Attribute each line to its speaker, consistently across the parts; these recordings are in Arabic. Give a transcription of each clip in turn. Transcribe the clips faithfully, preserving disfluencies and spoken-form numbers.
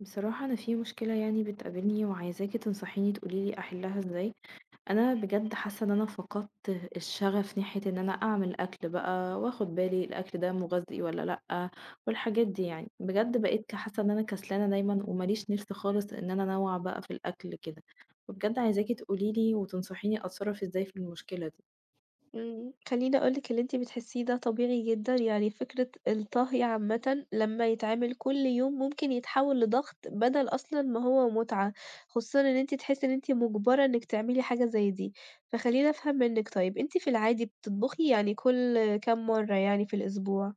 Speaker 1: بصراحة أنا في مشكلة، يعني بتقابلني وعايزاكي تنصحيني تقوليلي أحلها إزاي. أنا بجد حاسة إن أنا فقدت الشغف ناحية إن أنا أعمل أكل بقى وأخد بالي الأكل ده مغذي ولا لأ، والحاجات دي، يعني بجد بقيت ك- حاسة إن أنا كسلانة دايما ومليش نفس خالص إن أنا أنوع بقى في الأكل كده. وبجد عايزاكي تقوليلي وتنصحيني أتصرف إزاي في المشكلة دي.
Speaker 2: إمم، خلّيني أقول لِك اللي أنتِ بتحسّيه ده طبيعي جدًا، يعني فكرة الطهي عامةً لمّا يتعمل كل يوم ممكن يتحوّل لضغط بدل أصلًا ما هو متعة، خصوصًا إن أنتِ تحسّي إن أنتِ مُجبرة إنِّك تعملي حاجة زي دي، فخلّيني أفهم منِّك طيب أنتِ في العادي بتطبخي يعني كل كام مرّة يعني في الأسبوع؟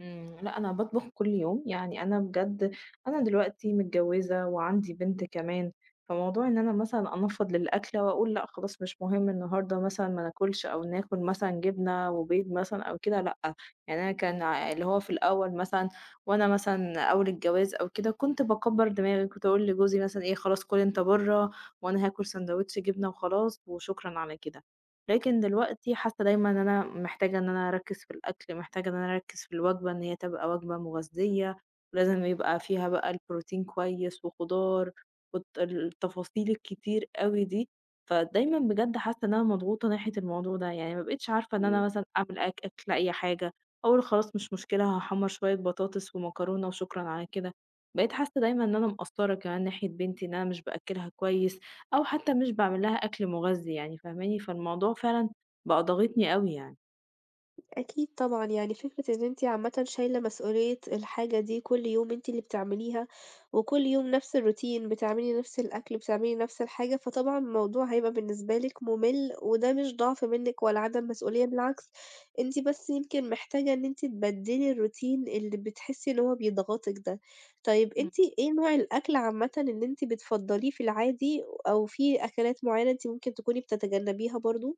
Speaker 1: إمم، لأ أنا باطبخ كل يوم، يعني أنا بجد أنا دلوقتي متجوّزة وعندي بنت كمان، فموضوع إن أنا مثلًا أنفّض للأكلة وأقول لأ خلاص مش مهم النهارده مثلًا ما ناكلش، أو ناكل مثلًا جبنة وبيض مثلًا أو كده لأ، يعني أنا كان ع اللي هو في الأول مثلًا، وأنا مثلًا أول الجواز أو كده كنت باكبّر دماغي، كنت أقول لجوزي مثلًا إيه خلاص كُل أنت برّه وأنا هاكل ساندوتش جبنة وخلاص وشكرًا على كده. لكن دلوقتي حاسة دايمًا إن أنا محتاجة إن أنا أركّز في الأكل، محتاجة إن أنا أركّز في الوجبة إن هي تبقى وجبة مغذية، ولازم يبقى فيها بقى البروتين كويس وخضار والت التفاصيل الكتير أوي دي، فدايمًا بجد حاسة إن أنا مضغوطة ناحية الموضوع ده، يعني ما بقيتش عارفة إن
Speaker 2: إمم.
Speaker 1: أنا مثلًا أعمل أك أكل أي حاجة، أقول خلاص مش مشكلة هاحمّر شوية بطاطس ومكرونة وشكرًا على كده. بقيت حاسة دايمًا إن أنا مقصّرة كمان ناحية بنتي، إن أنا مش باأكّلها كويس، أو حتى مش باعمل لها أكل مغذي، يعني فاهماني؟ فالموضوع فعلًا بقى ضاغطني أوي يعني.
Speaker 2: أكيد طبعًا، يعني فكرة إن أنتِ عامةً شايلة مسؤولية الحاجة دي كل يوم أنتِ اللي بتعمليها، وكل يوم نفس الروتين، بتعملي نفس الأكل، بتعملي نفس الحاجة، فطبعًا الموضوع هيبقى بالنسبة لِك مُمِل، وده مش ضعف منِك ولا عدم مسؤولية، بالعكس أنتِ بس يمكن محتاجة إن أنتِ تبدّلي الروتين اللي بتحسي إن هو بيضغطِك ده. طيب أنتِ إيه نوع الأكل عامةً اللي أنتِ بتفضّليه في العادي، أو في أكلات معينة أنتِ ممكن تكوني بتتجنبيها برضه؟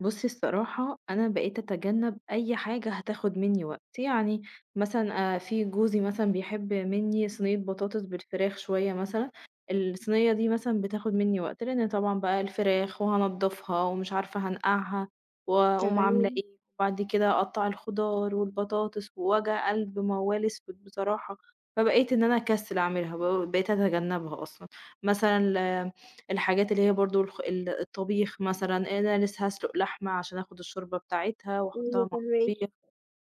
Speaker 1: بُصّي الصراحة أنا بقيت أتجنب أي حاجة هتاخد منّي وقت، يعني مثلًا آآ في جوزي مثلًا بيحب منّي صينية بطاطس بالفراخ شوية مثلًا، الصينية دي مثلًا بتاخد منّي وقت، لإن طبعًا بقى الفراخ وهانضّفها ومش عارفة هانقعها وأقوم عاملة
Speaker 2: تمام،
Speaker 1: إيه، وبعد كده أقطّع الخضار والبطاطس ووجع قلب ما هو لا يسود بصراحة، فبقيت إن أنا أكسّل أعملها، ب بقيت أتجنبها أصلًا، مثلًا ل الحاجات اللي هي برضه الخ ال الطبيخ مثلًا، أنا لسه هاسلُق لحمة عشان آخُد الشوربة بتاعتها
Speaker 2: أيوه
Speaker 1: وأحُطّها مع
Speaker 2: فاهماكِ.
Speaker 1: الطبيخ،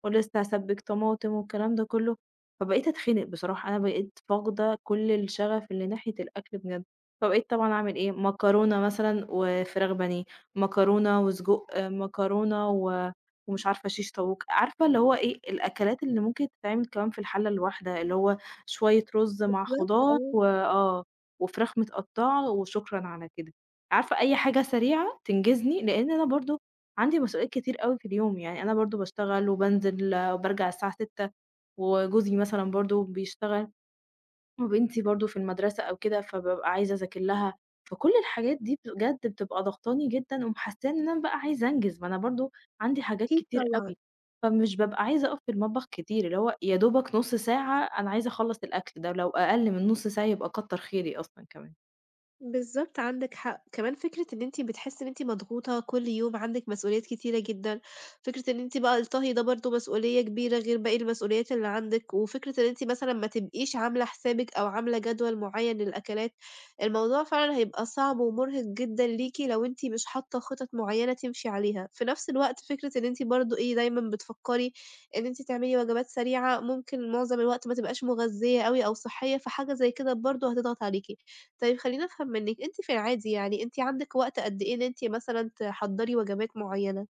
Speaker 1: ولسه هاسبِّك طماطم والكلام ده كلّه، فبقيت أتخنِق بصراحة، أنا بقيت فاقدة كل الشغف اللي ناحية الأكل بجد، فبقيت طبعًا أعمل إيه، مكرونة مثلًا وفراخ بانيه، مكرونة وسجق، آه، مكرونة و ومش عارفة شيش طاووق، عارفة اللي هو إيه، الأكلات اللي ممكن تتعمل كمان في الحلة الواحدة، اللي هو شوية رُز مع
Speaker 2: بالضبط
Speaker 1: خضار
Speaker 2: آه.
Speaker 1: و آه. وفراخ متقطّعة وشكرًا على كده. عارفة أي حاجة سريعة تنجزني، لإن أنا برضه عندي مسؤوليات كتير أوي في اليوم، يعني أنا برضه باشتغل وبانزل وبارجع الساعة الساعة ستة، وجوزي مثلًا برضه بيشتغل، وبنتي برضه في المدرسة أو كده، فبابقى عايزة أذاكر لها، فكل الحاجات دي بجد بتبقى ضاغطاني جدًا ومحسّية إن أنا بقى عايزة أنجز، ما أنا برضه عندي حاجات
Speaker 2: أكيد
Speaker 1: كتير أوي،
Speaker 2: طبعًا،
Speaker 1: فمش بابقى عايزة أقف في المطبخ كتير، اللي هو يا دوبك نُص ساعة أنا عايزة أخلّص الأكل ده، لو أقل من نُص ساعة يبقى كتّر خيري أصلًا كمان.
Speaker 2: بالضبط عندِك حق، كمان فكرة إن أنتِ بتحسّي إن أنتِ مضغوطة كل يوم عندِك مسؤوليات كتيرة جدًا، فكرة إن أنتِ بقى الطهي ده برضه مسؤولية كبيرة غير باقي المسؤوليات اللي عندِك، وفكرة إن أنتِ مثلًا ما تبقيش عاملة حسابِك أو عاملة جدول معيّن للأكلات، الموضوع فعلًا هيبقى صعب ومُرهق جدًا ليكِ لو أنتِ مش حاطة خطط معيّنة تمشي عليها، في نفس الوقت فكرة إن أنتِ برضه إيه دايمًا بتفكّري إن أنتِ تعملي وجبات سريعة ممكن معظم الوقت ما تبقاش مغذية أوي أو صحية، فحاجة زي كده برضه هتضغط عليكِ. طيب خلّيني أفهم منِّك، أنتِ في العادي يعني أنتِ عندِك وقت قد إيه إن أنتِ مثلًا تحضّري وجبات معيّنة؟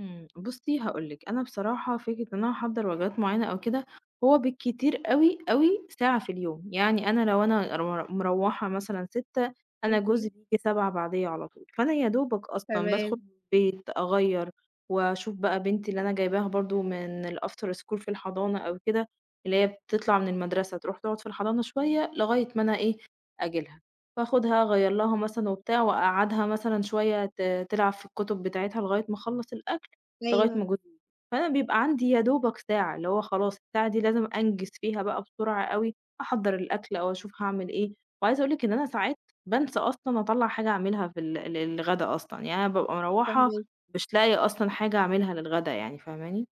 Speaker 1: إمم، بُصّي هاقول لِك، أنا بصراحة فكرة إن أنا أحضّر وجبات معيّنة أو كده، هو بالكتير أوي، أوي ساعة في اليوم، يعني أنا لو أنا ر مروّحة مثلًا ستة، أنا جوزي
Speaker 2: اهم،
Speaker 1: بييجي سبعة بعديّا على طول، فأنا يا دوبك أصلًا بادخل
Speaker 2: تمام،
Speaker 1: البيت أغيّر وأشوف بقى بنتي اللي أنا جايباها برضه من الafter school في الحضانة أو كده، اللي هي بتطلع من المدرسة تروح تقعد في الحضانة شوية لغاية ما أنا إيه، آجي لها، فآخُدها أغيّر لها مثلًا وبتاع وأقعّدها مثلًا شوية ت تلعب في الكُتب بتاعتها لغاية ما أخلّص الأكل. لغاية
Speaker 2: أيوه
Speaker 1: ما جوزي ييجي، فأنا بيبقى عندي يا دوبك ساعة، اللي هو خلاص الساعة دي لازم أنجز فيها بقى بسرعة أوي، أحضّر الأكل أو أشوف هاعمل إيه، وعايزة أقول لِك إن أنا ساعات بانسى أصلًا أطلّع حاجة أعملها في ال للغدا أصلًا، يعني أنا بابقى مروّحة
Speaker 2: فاهماكِ.
Speaker 1: مش لاقية أصلًا حاجة أعملها للغدا، يعني فاهماني؟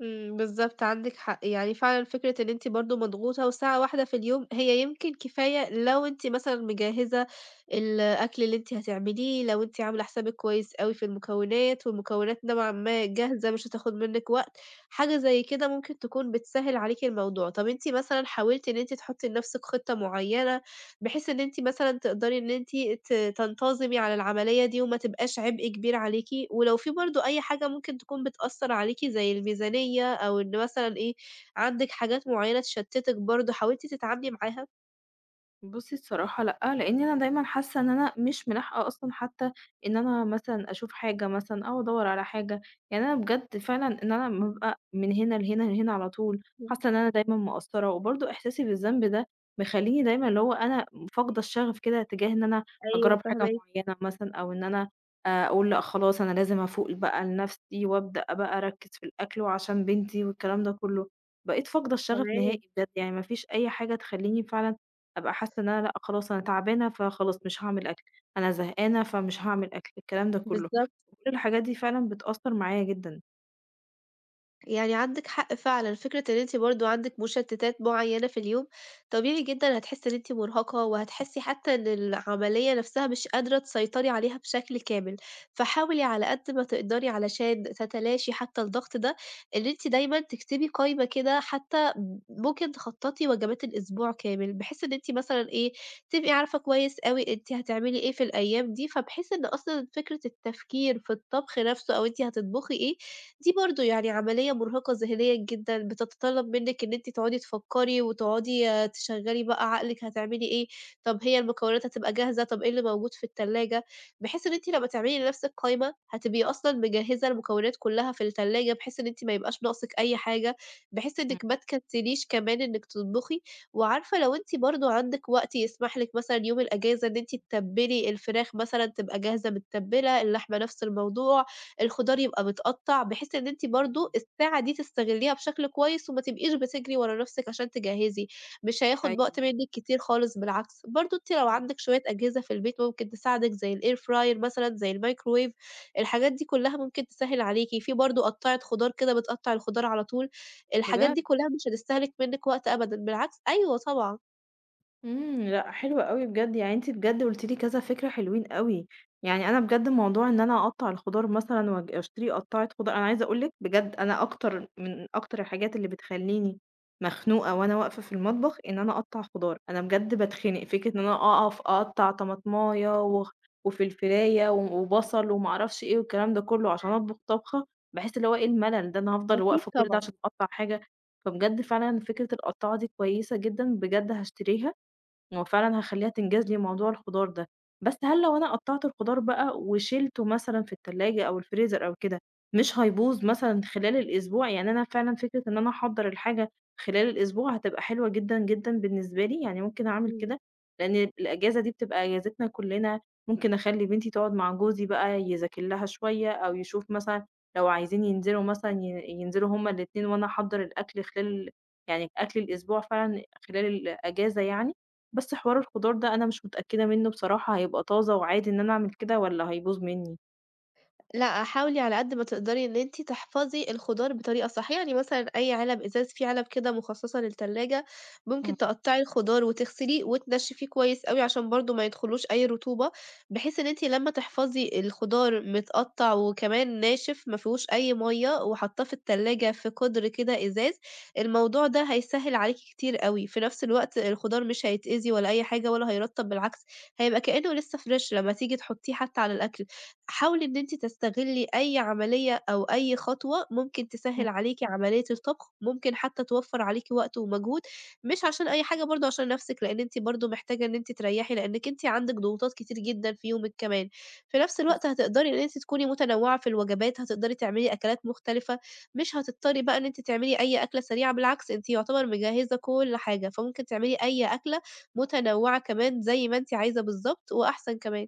Speaker 2: إمم، بالضبط عندِك حق، يعني فعلًا فكرة إن أنتِ برضه مضغوطة وساعة واحدة في اليوم هي يمكن كفاية لو أنتِ مثلًا مجهّزة الأكل اللي أنتِ هتعمليه، لو أنتِ عاملة حسابِك كويس أوي في المكونات، والمكونات نوعًا ما جاهزة مش هتاخد منِّك وقت، حاجة زي كده ممكن تكون بتسهّل عليكِ الموضوع. طَب أنتِ مثلًا حاولتِ إن أنتِ تحطّي لنَفْسِك خطة معيّنة بحيث إن أنتِ مثلًا تقدري إن أنتِ ت تنتظمي على العملية دي وما تبقاش عبء كبير عليكِ، ولو في برضه أي حاجة ممكن تكون بتأثّر عليكِ زي الميزانية أو إن مثلًا إيه، عندِك حاجات معيّنة تشتتِك برضه، حاولتِ تتعاملي معاها؟
Speaker 1: بُصّي الصراحة لأ، لإن أنا دايمًا حاسة إن أنا مش ملاحقة أصلًا، حتى إن أنا مثلًا أشوف حاجة مثلًا أو أدوّر على حاجة، يعني أنا بجد فعلًا إن أنا بابقى من هنا لهنا لهنا على طول،
Speaker 2: إمم.
Speaker 1: حاسة إن أنا دايمًا مقصّرة، وبرضه إحساسي بالذنب ده مخلّيني دايمًا اللي هو أنا فاقدة الشغف كده تجاه إن أنا
Speaker 2: أيوه
Speaker 1: أجرّب حاجة
Speaker 2: فاهماكِ،
Speaker 1: معيّنة مثلًا، أو إن أنا آآ أقول لأ خلاص أنا لازم أفوق بقى لنَفْسي وأبدأ بقى أركّز في الأكل وعشان بنتي والكلام ده كلّه، بقيت فاقدة الشغف
Speaker 2: تمام،
Speaker 1: نهائي بجد، يعني ما فيش أي حاجة تخلّيني فعلًا أبقى حاسة إن أنا لأ خلاص أنا تعبانة، فخلاص مش هاعمل أكل، أنا زهقانة فمش هاعمل أكل، الكلام ده كله.
Speaker 2: بالضبط.
Speaker 1: كل الحاجات دي فعلًا بتأثّر معايا جدًا.
Speaker 2: يعني عندِك حق فعلًا، فكرة إن أنتِ برضه عندِك مشتتات معيّنة في اليوم، طبيعي جدًا هتحسّي إن أنتِ مرهقة، وهتحسّي حتى إن العملية نفسها مش قادرة تسيطري عليها بشكل كامل، فحاولي على قد ما تقدري علشان تتلاشي حتى الضغط ده، إن أنتِ دايمًا تكتبي قايمة كده حتى م ممكن تخطّطي وجبات الأسبوع كامل، بحيث إن أنتِ مثلًا إيه، تبقي عارفة كويس أوي أنتِ هتعملي إيه في الأيام دي، فبحيث إن أصلًا فكرة التفكير في الطبخ نفسه أو أنتِ هتطبخي إيه، دي برضه يعني عملية مرهقة ذهنيًا جدًا، بتتطلب منِّك إن أنتِ تقعدي تفكّري وتقعدي آه، تشغّلي بقى عقلِك هتعملي إيه، طب هي المكونات هتبقى جاهزة، طب إيه اللي موجود في التلاجة، بحيث إن أنتِ لمّا تعملي لنفسِك قايمة هتبقي أصلًا مجهّزة المكونات كلّها في التلاجة، بحيث إن أنتِ ما يبقاش ناقصِك أي حاجة، بحيث
Speaker 1: إمم،
Speaker 2: إنِّك ما تكسليش كمان إنِّك تطبخي، وعارفة لو أنتِ برضه عندِك وقت يسمح لِك مثلًا يوم الأجازة إن أنتِ تتبّلي الفراخ مثلًا تبقى جاهزة متّبلة، اللحمة نفس الموضوع، الخضار يبقى متقطّع، بحيث إن أنتِ برضه
Speaker 1: إمم.
Speaker 2: الساعة دي تستغلّيها بشكل كويس وما تبقيش بتجري ورا نَفْسِك عشان تجهّزي، مش هياخُد وقت
Speaker 1: أيوه.
Speaker 2: منِّك كتير خالص بالعكس. برضه أنتِ لو
Speaker 1: إمم.
Speaker 2: عندِك شوية أجهزة في البيت ممكن تساعدِك زي الair fryer مثلًا، زي الmicrowave، الحاجات دي كُلّها ممكن تسهِّل عليكِ. في برضه قطّاعة خضار كده بتقطّع الخضار على طول، الحاجات
Speaker 1: بجد.
Speaker 2: دي كُلّها مش هتستهلك منِّك وقت أبدًا، بالعكس أيوه طبعًا،
Speaker 1: امم، لأ حلو أوي بجد، يعني أنتِ بجد قُلتِ لي كذا فكرة حلوين أوي، يعني أنا بجد موضوع إن أنا أقطّع الخضار مثلًا وأج أشتري قطّاعة خضار، أنا عايزة أقول لِك بجد أنا أكتر من أكتر الحاجات اللي بتخلّيني مخنوقة وأنا واقفة في المطبخ إن أنا أقطّع خضار، أنا بجد باتخنق، فكرة إن أنا أقف أقطّع طماطماية وخ وفلفلاية و وبصل وما أعرفش إيه والكلام ده كلّه عشان أطبخ طبخة، باحس اللي هو إيه الملل ده، أنا هافضل
Speaker 2: أكيد
Speaker 1: واقفة كل ده
Speaker 2: طبعًا.
Speaker 1: عشان أقطّع حاجة، فبجد فعلًا فكرة القطّاعة دي كويسة جدًا، بجد هاشتريها، هو فعلًا هاخلّيها تنجز لي موضوع الخضار ده، بس هل لو أنا قطّعت الخضار بقى وشيلته مثلًا في التلاجة أو الفريزر أو كده، مش هيبوظ مثلًا خلال الأسبوع؟ يعني أنا فعلًا فكرة إن أنا أحضّر الحاجة خلال الأسبوع هتبقى حلوة جدًا، جدًا بالنسبة لي، يعني ممكن أعمل
Speaker 2: إمم.
Speaker 1: كده، لإن الأجازة دي بتبقى أجازتنا كُلّنا، ممكن أخلّي بنتي تقعد مع جوزي بقى يذاكر لها شوية أو يشوف مثلًا لو عايزين ينزلوا مثلًا ي ينزلوا هُم الاتنين وأنا أحضّر الأكل خلال، يعني أكل الأسبوع فعلًا خلال الأجازة يعني. بس حوار الخضار ده أنا مش متأكدة منّه بصراحة، هيبقى طازة وعادي إن أنا أعمل كده والّا هيبوظ منّي؟
Speaker 2: لأ، حاولي على قد ما تقدري إن أنتِ تحفظي الخضار بطريقة صح، يعني مثلًا أي علب إزاز في علب كده مخصصة للتلاجة، ممكن
Speaker 1: إمم،
Speaker 2: تقطعي الخضار وتغسليه وتنشفيه كويس أوي عشان برضه ما يدخلوش أي رطوبة، بحيث إن أنتِ لمّا تحفظي الخضار متقطع وكمان ناشف ما فيهوش أي مَيّة وحاطاه في التلاجة في قدر كده إزاز، الموضوع ده هيسهّل عليكِ كتير أوي، في نفس الوقت الخضار مش هيتأذي ولا أي حاجة ولا هيرطّب بالعكس، هيبقى كإنه لسه فريش لمّا تيجي تحطيه حتى على الأكل. حاولي إن أنتِ تستغلّي أي عملية أو أي خطوة ممكن
Speaker 1: إمم،
Speaker 2: تسهّل عليكِ عملية الطبخ، ممكن حتى توفّر عليكِ وقت ومجهود، مش عشان أي حاجة برضه عشان نَفْسِك، لإن أنتِ برضه محتاجة إن أنتِ تريّحي، لإنِّك أنتِ عندِك ضغوطات كتير جدًا في يومِك كمان، في نَفْس الوقت
Speaker 1: بالضبط.
Speaker 2: هتقدري إن أنتِ تكوني متنوّعة في الوجبات، هتقدري تعملي أكلات مختلفة، مش هتضطري بقى إن أنتِ تعملي أي أكلة سريعة، بالعكس أنتِ يُعتبر مجهّزة كل حاجة، فممكن تعملي أي أكلة متنوّعة كمان زي ما أنتِ عايزة بالضبط وأحسن كمان.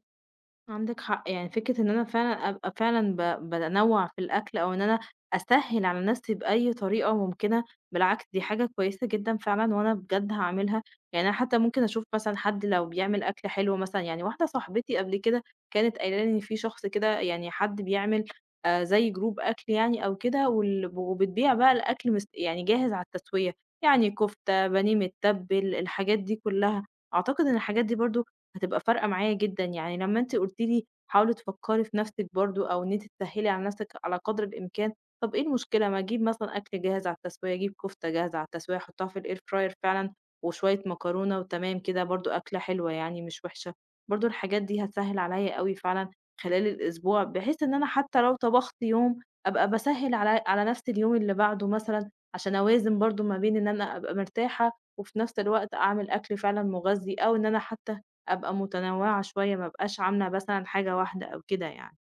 Speaker 1: عندك حق، يعني فكرة إن أنا فعلًا أبقى فعلًا ب بانوّع في الأكل أو إن أنا أسهّل على نَفْسي بأي طريقة ممكنة، بالعكس دي حاجة كويسة جدًا فعلًا وأنا بجد هاعملها، يعني أنا حتى ممكن أشوف مثلًا حد لو بيعمل أكل حلو مثلًا، يعني واحدة صاحبتي قبل كده كانت قايلة لي إن في شخص كده يعني حد بيعمل آآ زي group أكل يعني أو كده وال وبتبيع بقى الأكل مس يعني جاهز على التسوية، يعني كُفتة، بانيه متّبل، الحاجات دي كُلّها، أعتقد إن الحاجات دي برضه هتبقى فارقة معايا جدًا، يعني لمّا أنتِ قُلتِ لي حاولي تفكّري في نَفْسِك برضه أو إن أنتِ تسهّلي على نَفْسِك على قدر الإمكان، طَب إيه المشكلة ما أجيب مثلًا أكل جاهز على التسوية، أجيب كُفتة جاهزة على التسوية أحطّها في الair fryer فعلًا وشوية مكرونة وتمام كده برضه أكلة حلوة يعني مش وِحشة، برضه الحاجات دي هتسهّل عليّا أوي فعلًا خلال الأسبوع، بحيث إن أنا حتى لو طبخت يوم أبقى باسهّل علي على نَفْسي اليوم اللي بعده مثلًا عشان أوازن برضه ما بين إن أنا أبقى مرتاحة وفي نَفْس الوقت أعمل أكل فعلًا مُغذّي أو إن أنا حتى أبقى متنوعة شوية، ما أبقاش عاملة مثلًا حاجة واحدة أو كده يعني.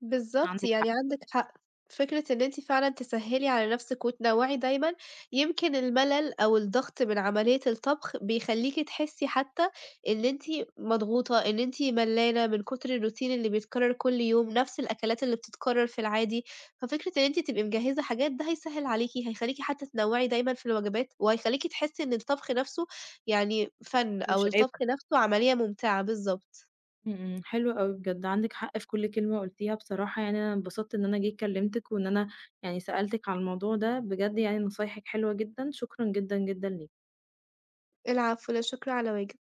Speaker 2: بالضبط،
Speaker 1: عندِك
Speaker 2: يعني
Speaker 1: حق.
Speaker 2: عندِك حق. فكرة إن أنتِ فعلًا تسهّلي على نَفْسِك وتنوّعي دايمًا، يمكن الملل أو الضغط من عملية الطبخ بيخلّيكِ تحسّي حتى إن أنتِ مضغوطة، إن أنتِ ملّانة من كتر الroutine اللي بيتكرر كل يوم، نَفْس الأكلات اللي بتتكرر في العادي، ففكرة إن أنتِ تبقي مجهّزة حاجات ده هيسهّل عليكِ، هيخلّيكِ حتى تنوّعي دايمًا في الوجبات، وهيخلّيكِ تحسّي إن الطبخ نَفْسه يعني فَن
Speaker 1: مش
Speaker 2: أو
Speaker 1: عيب.
Speaker 2: الطبخ نَفْسه عملية ممتعة، بالضبط.
Speaker 1: إمم، إمم، حلو أوي بجد، عندِك حق في كل كلمة قُلتيها بصراحة، يعني أنا انبسطت إن أنا جيت كلمتِك وإن أنا يعني سألتِك على الموضوع ده، بجد يعني نصايحِك حلوة جدًا، شكرًا جدًا، جدًا ليكِ.
Speaker 2: العفو، لا شكر على واجب.